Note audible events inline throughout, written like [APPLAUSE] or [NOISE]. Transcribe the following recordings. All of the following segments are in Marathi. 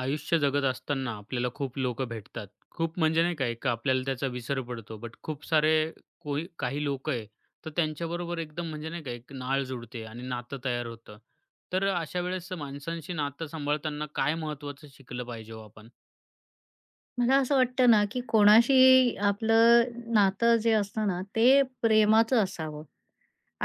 आयुष्य जगत असताना आपल्याला खूप लोक भेटतात. खूप म्हणजे नाही का, एक आपल्याला त्याचा विसर पडतो. बट खूप सारे कोई काही लोकं आहे, तर त्यांच्याबरोबर एकदम म्हणजे नाही का, एक नाळ जुडते आणि नातं तयार होतं. तर अशा वेळेस माणसांशी नातं सांभाळताना काय महत्त्वाचं शिकलं पाहिजे हो आपण? मला असं वाटतं ना, की कोणाशी आपलं नातं जे असतं ना, ते प्रेमाचं असावं.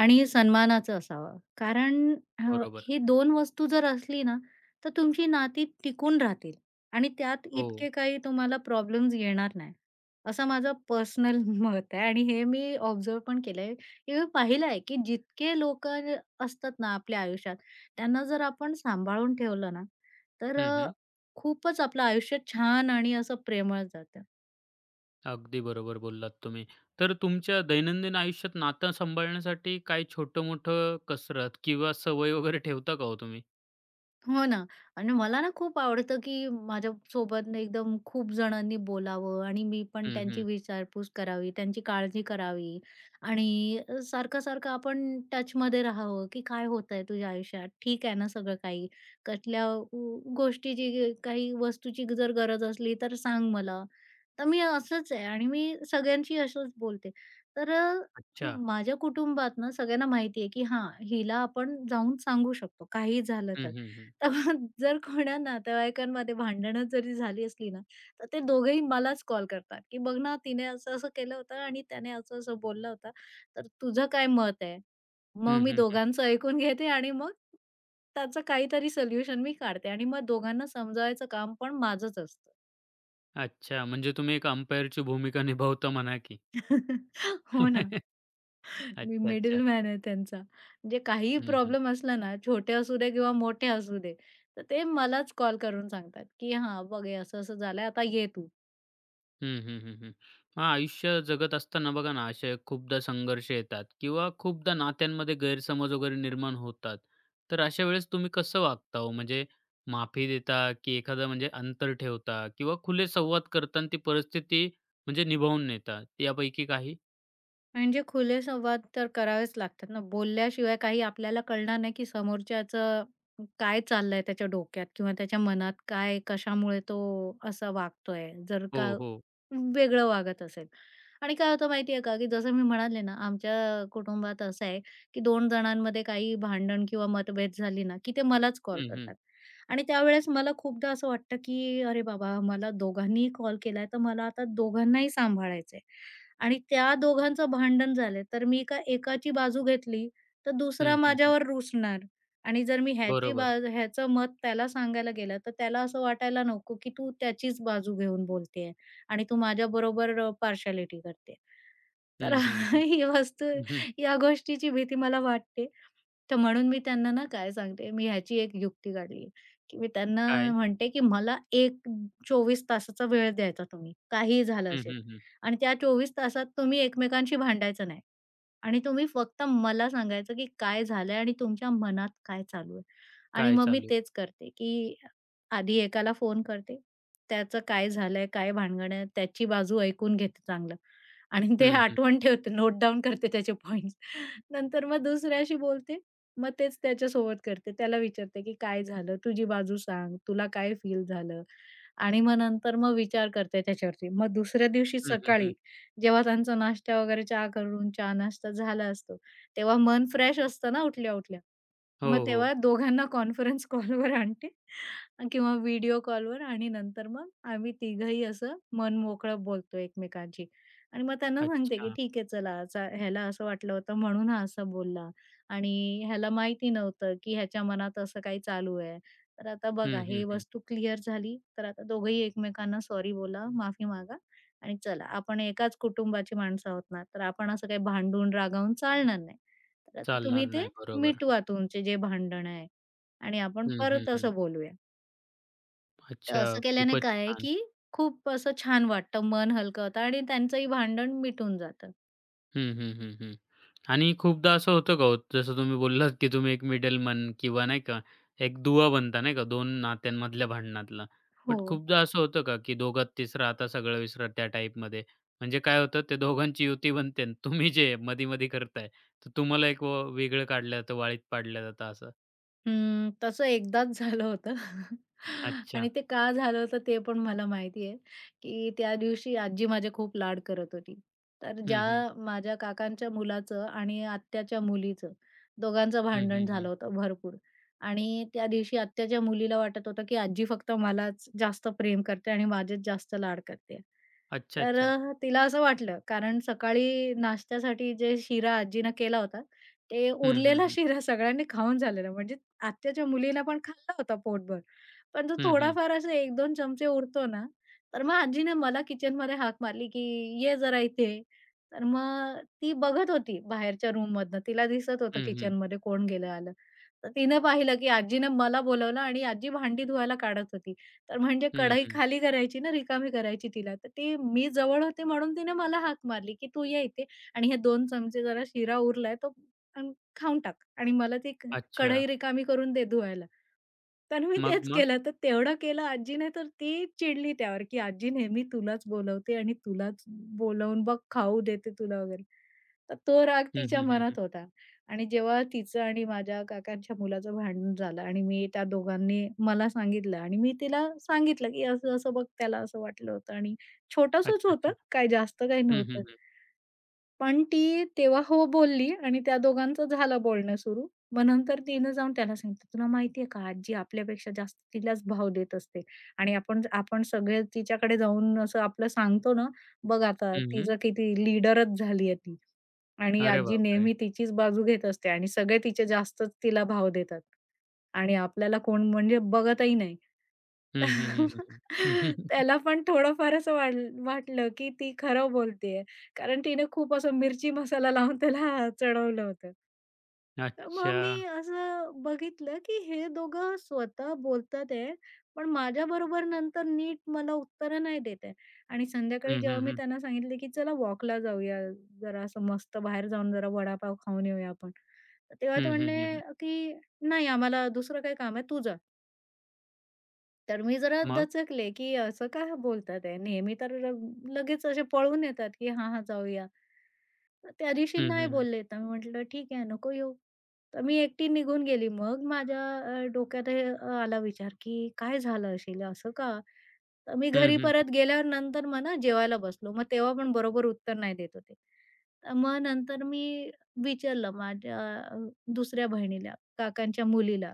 आणि सन्मानाचं असावं. कारण अ, बरोबर. हे 2 वस्तू जर असली ना, तर तुमची नाती टिकून राहतील आणि त्यात हो. इतके काही तुम्हाला प्रॉब्लेम्स येणार नाही. असं माझं पर्सनल [LAUGHS] मत आहे आणि हे मी ऑब्झर्व्ह पण केलंय, की मी पाहिलं आहे, की जितके लोकं असतात ना आपल्या आयुष्यात, त्यांना जर आपण सांभाळून ठेवलं ना, तर हं, हं. खूपच आपलं आयुष्य छान आणि असं प्रेमळ जातं. अगदी बरोबर बोललात तुम्ही. तर तुमच्या दैनंदिन आयुष्यात नातं सांभाळण्यासाठी काही छोटं-मोठं कसरत किंवा सवय वगैरे ठेवता का हो तुम्ही? हो ना आणि मला ना खूप आवडतं की माझ्यासोबत ना एकदम खूप जणांनी बोलावं आणि मी पण हं, त्यांची हं. विचारपूस करावी, त्यांची काळजी करावी आणि सारखं-सारखं आपण टचमध्ये राहावं की काय होतंय तुझ्या आयुष्यात? ठीक आहे ना सगळं काही? कसल्या गोष्टीची काही वस्तूची जर गरज असली तर सांग मला. तर मी असंच आहे आणि मी सगळ्यांशी असंच बोलते. तर अच्छा. माझ्या कुटुंबात ना सगळ्यांना माहिती आहे की हां, हिला आपण जाऊन सांगू शकतो काही झालं हं, तर. हं, हं. तेव्हा [LAUGHS] जर कोणा नातेवाईकांमध्ये भांडणं जरी झाली असली ना, तर ते दोघेही मलाच कॉल करतात की "बघ ना, तिने असं-असं केलं होतं आणि त्याने असं-असं बोलला होता, तर तुझं काय मत आहे?" मग हं, मी हं, हं. दोघांचं ऐकून घेते आणि मग त्याचं काहीतरी सोल्युशन मी काढते आणि मग दोघांना समजावायचं काम पण माझंच असतं. अच्छा, म्हणजे तुम्ही एक अंपायरची भूमिका निभावता म्हणा की. [LAUGHS] हो ना. [LAUGHS] मी अच्छा, अच्छा. मिडलमॅन आहे त्यांचा. म्हणजे काहीही हं, हं. प्रॉब्लेम असला ना, छोटे असू दे किंवा मोठे असू दे, तर ते मलाच कॉल करून सांगतात, की "हां, बघ हे असं-असं झालंय, आता ये तू." हं, हं, हं, हं. मग आयुष्य जगत असताना बघा ना, असे खूपदा संघर्ष येतात किंवा खूपदा नात्यांमध्ये गैरसमज वगैरे निर्माण होतात. तर अशा वेळेस तुम्ही कसं वागता हो? म्हणजे माफी देता की एखादा म्हणजे अंतर ठेवता किंवा खुले संवाद करता आणि ती परिस्थिती म्हणजे निभावून नेता, यापैकी काही? म्हणजे खुले संवाद तर करावेच लागतात ना. बोलल्याशिवाय काही आपल्याला कळणार नाही, की समोरच्याचं काय चाललंय त्याच्या डोक्यात किंवा त्याच्या मनात काय, कशामुळे तो असा वागतोय. जर का हो, हो. वेगळं वागत असेल. आणि काय होतं माहिती आहे का, की जसं मी म्हणाले ना, आमच्या कुटुंबात असं आहे, की 2 जणांमध्ये काही भांडण किंवा मतभेद झाली ना, की ते मलाच कॉल हं, हं. करतात. आणि त्यावेळेस मला खूपदा असं वाटतं, की अरे बाबा, मला दोघांनीही कॉल केलाय, तर मला आता दोघांनाही सांभाळायचंय. आणि त्या दोघांचं भांडण झालंय, तर मी का एकाची बाजू घेतली, तर दुसरा हं, हं, हं. माझ्यावर रुसणार. आणि जर मी ह्याची बरोबर. बाज ह्याचं मत त्याला सांगायला गेलं, तर त्याला असं वाटायला नको, की तू त्याचीच बाजू घेऊन बोलतेय. आणि तू माझ्याबरोबर पार्शालिटी करते. तर हं, हं, [LAUGHS] ही वस्तू हं. हं. या गोष्टीची भीती मला वाटते. तर म्हणून मी त्यांना ना काय सांगते, मी ह्याची एक युक्ती काढली, की मी त्यांना काय? म्हणते, की "मला 1 24 तासाचा वेळ द्यायचा तुम्ही, काहीही झालं हं, असेल हं, हं. आणि त्या 24 तासात तुम्ही एकमेकांशी भांडायचं नाही आणि तुम्ही फक्त मला सांगायचं, की काय झालंय आणि तुमच्या मनात काय चालू आहे." आणि काय मग मी चालू आहे? तेच करते, की आधी एकाला फोन करते त्याचं काय झालंय, काय भानगड आहे, त्याची बाजू ऐकून घेते चांगलं आणि ते हं, हं. आठवण ठेवते, नोट डाउन करते त्याचे पॉइंट्स. नंतर मग दुसऱ्याशी बोलते, मग तेच त्याच्यासोबत करते. त्याला विचारते, की "काय झालं? तुझी बाजू सांग. तुला काय फील झालं? आणि मग नंतर मग विचार करते त्याच्यावरती. मग दुसऱ्या दिवशी हं, हं, सकाळी हं. जेव्हा त्यांचा नाश्ता वगैरे चहा करून चहा नाश्ता झाला असतो, तेव्हा मन फ्रेश असतं ना उठल्या-उठल्या. मग हो, हो. तेव्हा दोघांना कॉन्फरन्स कॉलवर आणते किंवा व्हिडिओ कॉलवर आणि नंतर मग आम्ही तिघंही असं मन मोकळं बोलतो एकमेकांशी. आणि मग त्यांना सांगते, की अच्छा. "ठीक आहे चला, असा ह्याला असं वाटलं होतं म्हणून हा असा बोलला आणि ह्याला माहिती नव्हतं, की ह्याच्या मनात असं काही चालू आहे." तर आता बघा हं, हं, हे हं. वस्तू क्लिअर झाली, तर आता दोघंही एकमेकांना सॉरी बोला, माफी मागा आणि चला आपण एकाच कुटुंबाची माणसं आहोत ना, तर आपण असं काही भांडून, रागावून चालणार नाही. तर आता चालणार तुम्ही ते नाही. बरोबर. मिटवा तुमचे जे भांडण आहे आणि आपण हं, हं, परत हं. असं बोलूया. तर अच्छा. असं केल्याने खूपच काय आहे, छान. की खूप असं छान वाटतं, मन हलकं होतं आणि त्यांचंही भांडण मिटून जातं. हं, हं, हं, हं. आणि खूपदा असं होतं का हो, जसं तुम्ही बोललात, की तुम्ही एक मिडलमन किंवा नाही का, एक दुवा बनता नाही का 2 नात्यांमधल्या भांडणातला. हो. बट खूपदा असं होतं का, की दोघात तिसरा आता सगळं विसरा त्या टाईपमध्ये. म्हणजे काय होतं, ते दोघांची युती बनते आणि तुम्ही जे मधी-मधी करताय, तर तुम्हाला एक व वेगळं काढलं जातं, वाळीत पाडलं जातं असं? हं, तसं एकदाच झालं होतं [LAUGHS] अच्छा. आणि ते का झालं होतं ते पण मला माहिती आहे, की त्या दिवशी आजी माझे खूप लाड करत होती. तर हं, ज्या हं. माझ्या काकांच्या मुलाचं आणि आत्याच्या मुलीचं दोघांचं हं, भांडण हं, झालं हं. होतं भरपूर आणि त्या दिवशी आत्याच्या मुलीला वाटत होतं, की आजी फक्त मलाच जास्त प्रेम करते आणि माझेच जास्त लाड करते. अच्छा, तर अच्छा. तिला असं वाटलं कारण सकाळी नाश्त्यासाठी जे शिरा आजीनं केला होता, ते हं, हं, उरलेला हं. शिरा सगळ्यांनी खाऊन झालेला म्हणजे आत्याच्या मुलीला पण खाल्ला होता पोटभर. पण तो हं, हं. थोडाफार असे 1-2 चमचे उरतो ना, तर मग आजीने मला किचनमध्ये हाक मारली, की "ये जरा इथे." तर मग ती बघत होती बाहेरच्या रूममधनं. तिला दिसत होतं हं, हं. किचनमध्ये कोण गेलं आलं. तर तिने पाहिलं, की आजीने मला बोलावलं आणि आजी भांडी धुवायला काढत होती. तर म्हणजे कढई हं, खाली करायची ना, रिकामी करायची तिला. तर ती मी जवळ होते म्हणून तिने मला हाक मारली, की "तू ये इथे आणि हे 2 चमचे जरा शिरा उरलाय तो अ, खाऊन टाक." आणि मला ती अच्छा. कढई रिकामी करून दे धुवायला. तर मी मग, तेच मग? केलं. तर तेवढं केलं आजी तर ती चिडली त्यावर, की "आजी नेहमी तुलाच बोलवते आणि तुलाच बोलावून बघ खाऊ देते तुला वगैरे." तर तो राग हं, तिच्या हं, हं, हं. मनात होता आणि जेव्हा तिचं आणि माझ्या काकांच्या मुलाचं भांडण झालं आणि मी त्या दोघांनी मला सांगितलं आणि मी तिला सांगितलं, की "असं-असं बघ त्याला असं वाटलं होतं" आणि छोटंसंच अच्छा, होतं, अच्छा. काही जास्त काही हं, हं, नव्हतं. हं. पण ती तेव्हा हो बोलली आणि त्या दोघांचं झालं बोलणं सुरू. मग नंतर तिनं जाऊन त्याला सांगितलं, "तुला माहिती आहे का आजी आपल्यापेक्षा जास्त तिलाच भाव देत असते आणि आपण आपण सगळे तिच्याकडे जाऊन असं आपलं सांगतो ना, बघ आता हं, हं. तिचं किती लीडरच झाली आहे ती आणि अरे आजी बापरे! नेहमी तिचीच बाजू घेत असते आणि सगळे तिचे जास्तच तिला भाव देतात आणि आपल्याला कोण म्हणजे बघतही नाही." हं, हं, हं, हं, हं. [LAUGHS] [LAUGHS] त्याला पण थोडंफार असं वाटलं, की ती खरं बोलतेय. कारण तिने खूप असं मिरची मसाला लावून त्याला चढवलं होतं. तर मग अच्छा. मी असं बघितलं, की हे दोघं स्वतः बोलतात आहे, पण माझ्याबरोबर नंतर नीट मला उत्तरं नाही देत आहे. आणि संध्याकाळी हं, हं, जेव्हा मी हं. त्यांना सांगितलं, की "चला वॉकला जाऊया, जरा असं मस्त बाहेर जाऊन जरा वडापाव खाऊन येऊया आपण." तर तेव्हा ते हं, हं, हं, म्हणले, हं. की "नाही आम्हाला दुसरं काही काम आहे, तू तर मी जरा मग? दचकले, की असं का बोलतात आहे? नेहमी तर लगेच असे पळून येतात, की हां, हां, जाऊया. तर त्या दिवशी हं, नाही हं, हं. बोलले, तर मी म्हटलं, "ठीक आहे, नको येऊ." तर मी एकटी निघून गेली. मग माझ्या डोक्यात हे आला विचार, की काय झालं असेल? असं का? तर मी हं, घरी हं, हं. परत गेल्यावर नंतर म्हणा जेवायला बसलो. मग तेव्हा पण बरोबर उत्तर नाही देत होते. तर मग नंतर मी विचारलं माझ्या अ, दुसऱ्या बहिणीला, काकांच्या मुलीला.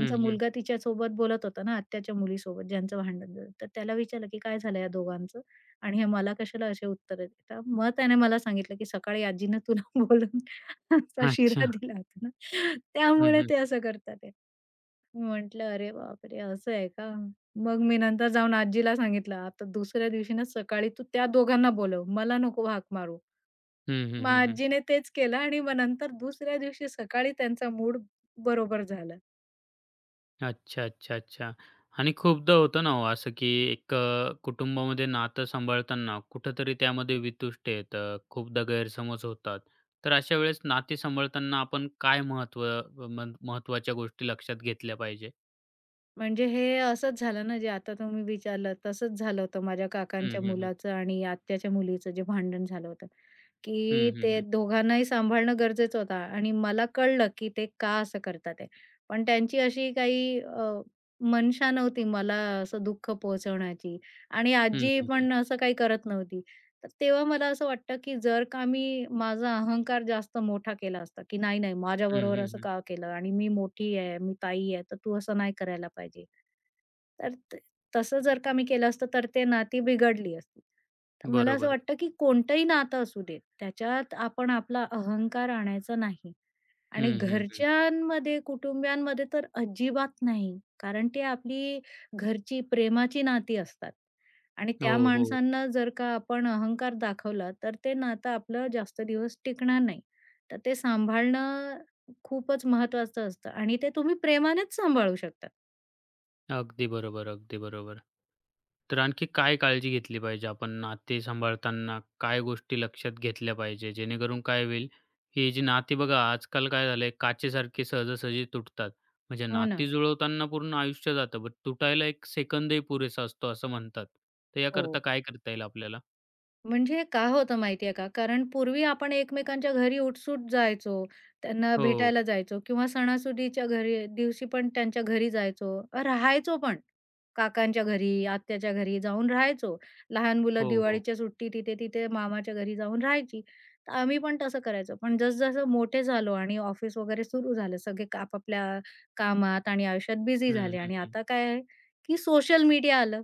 हं, हं. मुलगा तिच्यासोबत बोलत होता ना, आत्याच्या मुलीसोबत ज्यांचं भांडण झालं. तर त्याला विचारलं, की "काय झालं या दोघांचं? आणि हे मला कशाला असे उत्तरं देता?" मग त्याने मला सांगितलं, की "सकाळी आजीनं तुला [LAUGHS] बोलून असा शिरा अच्छा. दिला होता ना." हं, त्यामुळे हं. ते असं करतात आहे. म्हटलं, "अरे बापरे! असं आहे का?" मग मी नंतर जाऊन आजीला सांगितलं, "आता दुसऱ्या दिवशी ना सकाळी तू त्या दोघांना बोलव, मला नको हाक मारू." हं, मग हं, हं, आजीने तेच केलं आणि मग नंतर दुसऱ्या दिवशी सकाळी त्यांचा मूड बरोबर झाला. अच्छा, अच्छा, अच्छा. आणि खूपदा होतं ना हो असं, की एक कुटुंबामध्ये नातं सांभाळताना कुठेतरी त्यामध्ये वितुष्ट येतं, खूपदा गैरसमज होतात. तर अशा वेळेस नाती सांभाळताना आपण काय महत्त्व मन महत्त्वाच्या गोष्टी लक्षात घेतल्या पाहिजे? म्हणजे हे असंच झालं ना, जे आता तुम्ही विचारलं तसंच झालं होतं माझ्या हं, काकांच्या हं, हं. मुलाचं आणि आत्याच्या मुलीचं जे भांडण झालं होतं. हं, की हं, ते हं. दोघांनाही सांभाळणं गरजेचं होतं आणि मला कळलं की ते का असं करतात आहे. पण त्यांची अशी काही मनशा नव्हती मला असं दुःख पोहोचवण्याची आणि हं, आजी हं, हं. पण असं काही करत नव्हती. तर तेव्हा मला असं वाटतं की जर का मी माझा अहंकार जास्त मोठा केला असता, की नाही, नाही माझ्याबरोबर असं हं, का केलं आणि मी मोठी आहे, मी ताई आहे, तर तू असं नाही करायला पाहिजे. तर तसं जर का मी केलं असतं, तर ते नाती बिघडली असती. तर मला असं बरोबर. वाटतं, की कोणतंही नातं असू दे, त्याच्यात आपण आपला अहंकार आणायचा नाही आणि हं, हं, हं. घरच्यांमध्ये, कुटुंबियांमध्ये तर अजिबात नाही. कारण ते आपली घरची प्रेमाची नाती असतात आणि त्या हो, हो. माणसांना जर का आपण अहंकार दाखवला, तर ते नातं आपलं जास्त दिवस टिकणार नाही. तर ते सांभाळणं खूपच महत्वाचं असतं आणि ते तुम्ही प्रेमानेच सांभाळू शकता. अगदी बरोबर, अगदी बरोबर. तर आणखी काय काळजी घेतली पाहिजे आपण नाते सांभाळताना? काय गोष्टी लक्षात घेतल्या पाहिजे? जेणेकरून काय होईल, ही जी नाती बघा आजकाल काय झालंय काचेसारखी सहजासहजी तुटतात. म्हणजे हो ना. नाती जुळवताना पूर्ण आयुष्य जातं, बट तुटायला 1 सेकंदही पुरेसा असतो असं म्हणतात. तर याकरता हो. काय करता येईल आपल्याला? म्हणजे का होतं माहिती आहे का? कारण पूर्वी आपण एकमेकांच्या घरी उठसूट जायचो, त्यांना हो. भेटायला जायचो किंवा सणासुदीच्या घरी दिवशी पण त्यांच्या घरी जायचो, राहायचो पण. काकांच्या घरी, आत्याच्या घरी जाऊन राहायचो. लहान मुलं हो, हो. दिवाळीच्या सुट्टीत तिथे-तिथे मामाच्या घरी जाऊन राहायची. तर आम्ही पण तसं करायचो. पण जसं मोठे झालो आणि ऑफिस वगैरे सुरू झालं, सगळे आपापल्या कामात आणि आयुष्यात बिझी हं, झाले हं, आणि हं. आता काय आहे, की सोशल मीडिया आलं.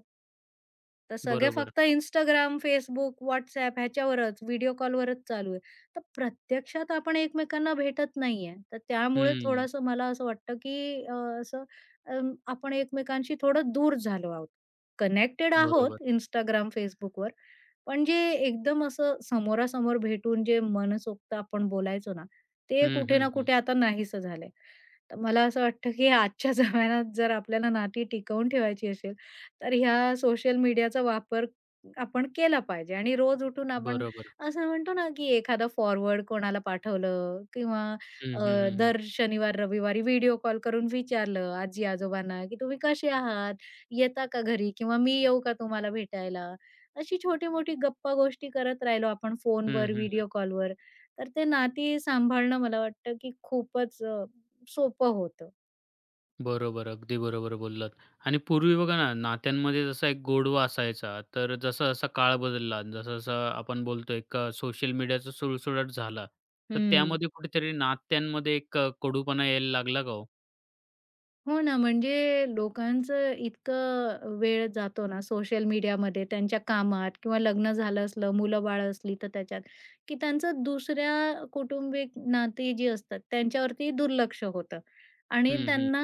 तर सगळे बरोबर. फक्त Instagram, Facebook, WhatsApp ह्याच्यावरच, व्हिडिओ कॉलवरच चालू आहे. तर प्रत्यक्षात आपण एकमेकांना भेटत नाहीये. तर त्यामुळे हं. थोडंसं मला असं वाटतं, की असं अ, आपण एकमेकांशी थोडं दूर झालो आहोत. कनेक्टेड बरोबर. आहोत Instagram, Facebookवर. पण जे एकदम असं समोरासमोर भेटून जे मनसोक्त आपण बोलायचो ना, ते हं, कुठे हं, ना हं. कुठे आता नाहीसं झालंय. तर मला असं वाटतं, की आजच्या [LAUGHS] जमान्यात जर आपल्याला नाती टिकवून ठेवायची असेल तर ह्या सोशल मीडियाचा वापर आपण केला पाहिजे आणि रोज उठून आपण बरोबर. असं म्हणतो ना, की एखादा फॉरवर्ड कोणाला पाठवलं किंवा हं, हं, अ, हं, हं. दर शनिवार, रविवारी व्हिडिओ कॉल करून विचारलं आजी-आजोबांना, की "तुम्ही कसे आहात? येता का घरी?" किंवा "मी येऊ का तुम्हाला भेटायला?" अशी छोटी-मोठी गप्पा-गोष्टी करत राहिलो आपण हं, फोनवर, हं, व्हिडिओ कॉलवर, तर ते नाती सांभाळणं मला वाटतं, की खूपच सोपं होतं. बरोबर. अगदी बरोबर बोललात. आणि पूर्वी बघा ना, नात्यांमध्ये जसा एक गोडवा असायचा, तर जसा-जसा काळ बदलला, जसा-जसा आपण बोलतोय का सोशल मीडियाचा सुळसुळाट झाला, तर हं. त्यामध्ये कुठेतरी नात्यांमध्ये एक कडूपणा यायला लागला का हो? हो ना, म्हणजे लोकांचं इतकं वेळ जातो ना सोशल मीडियामध्ये त्यांच्या कामात किंवा लग्न झालं असलं, मुलं-बाळं असली तर त्याच्यात, की त्यांचं दुसऱ्या कुटुंबिक नाती जी असतात त्यांच्यावरती दुर्लक्ष होतं. आणि हं, हं. त्यांना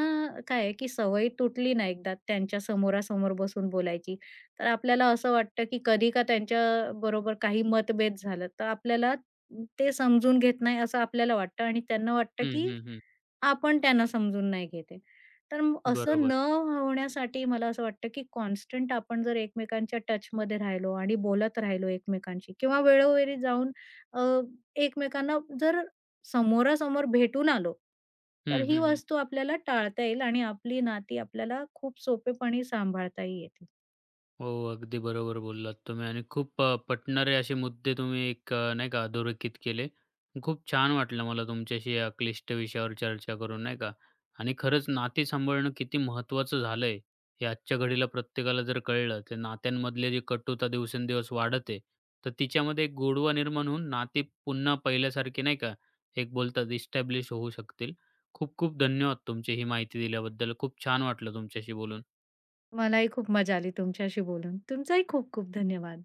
काय आहे, की सवय तुटली ना एकदा त्यांच्या समोरासमोर बसून बोलायची, तर आपल्याला असं वाटतं, की कधी का त्यांच्याबरोबर काही मतभेद झालं, तर आपल्याला ते समजून घेत नाही असं आपल्याला वाटतं आणि त्यांना वाटतं, हं, की हं, हं. आपण त्यांना समजून नाही घेत तर मग असं बरोबर. न होण्यासाठी मला असं वाटतं, की कॉन्स्टंट आपण जर एकमेकांच्या टचमध्ये राहिलो आणि बोलत राहिलो एकमेकांशी किंवा वेळोवेळी जाऊन अ, एकमेकांना जर समोरासमोर भेटून आलो, तर हं, ही हं, हं. वस्तू आपल्याला टाळता येईल आणि आपली नाती आपल्याला खूप सोपेपणी सांभाळताही येतील. हो, अगदी बरोबर बोललात तुम्ही आणि खूप पटणारे असे मुद्दे तुम्ही एक नाही का अधोरेखित केले. खूप छान वाटलं मला तुमच्याशी या क्लिष्ट विषयावर चर्चा करून नाही का. आणि खरंच नाती सांभाळणं किती महत्त्वाचं झालंय, हे आजच्या घडीला प्रत्येकाला जर कळलं, तर नात्यांमधली जी कटुता दिवसेंदिवस वाढत तर तिच्यामध्ये एक गोडवा निर्माण होऊन नाती पुन्हा पहिल्यासारखी नाही का, एक बोलतात इस्टॅब्लिश होऊ शकतील. खूप खूप धन्यवाद तुमची ही माहिती दिल्याबद्दल. खूप छान वाटलं तुमच्याशी बोलून. मलाही खूप मजा आली तुमच्याशी बोलून. तुमचाही खूप खूप धन्यवाद.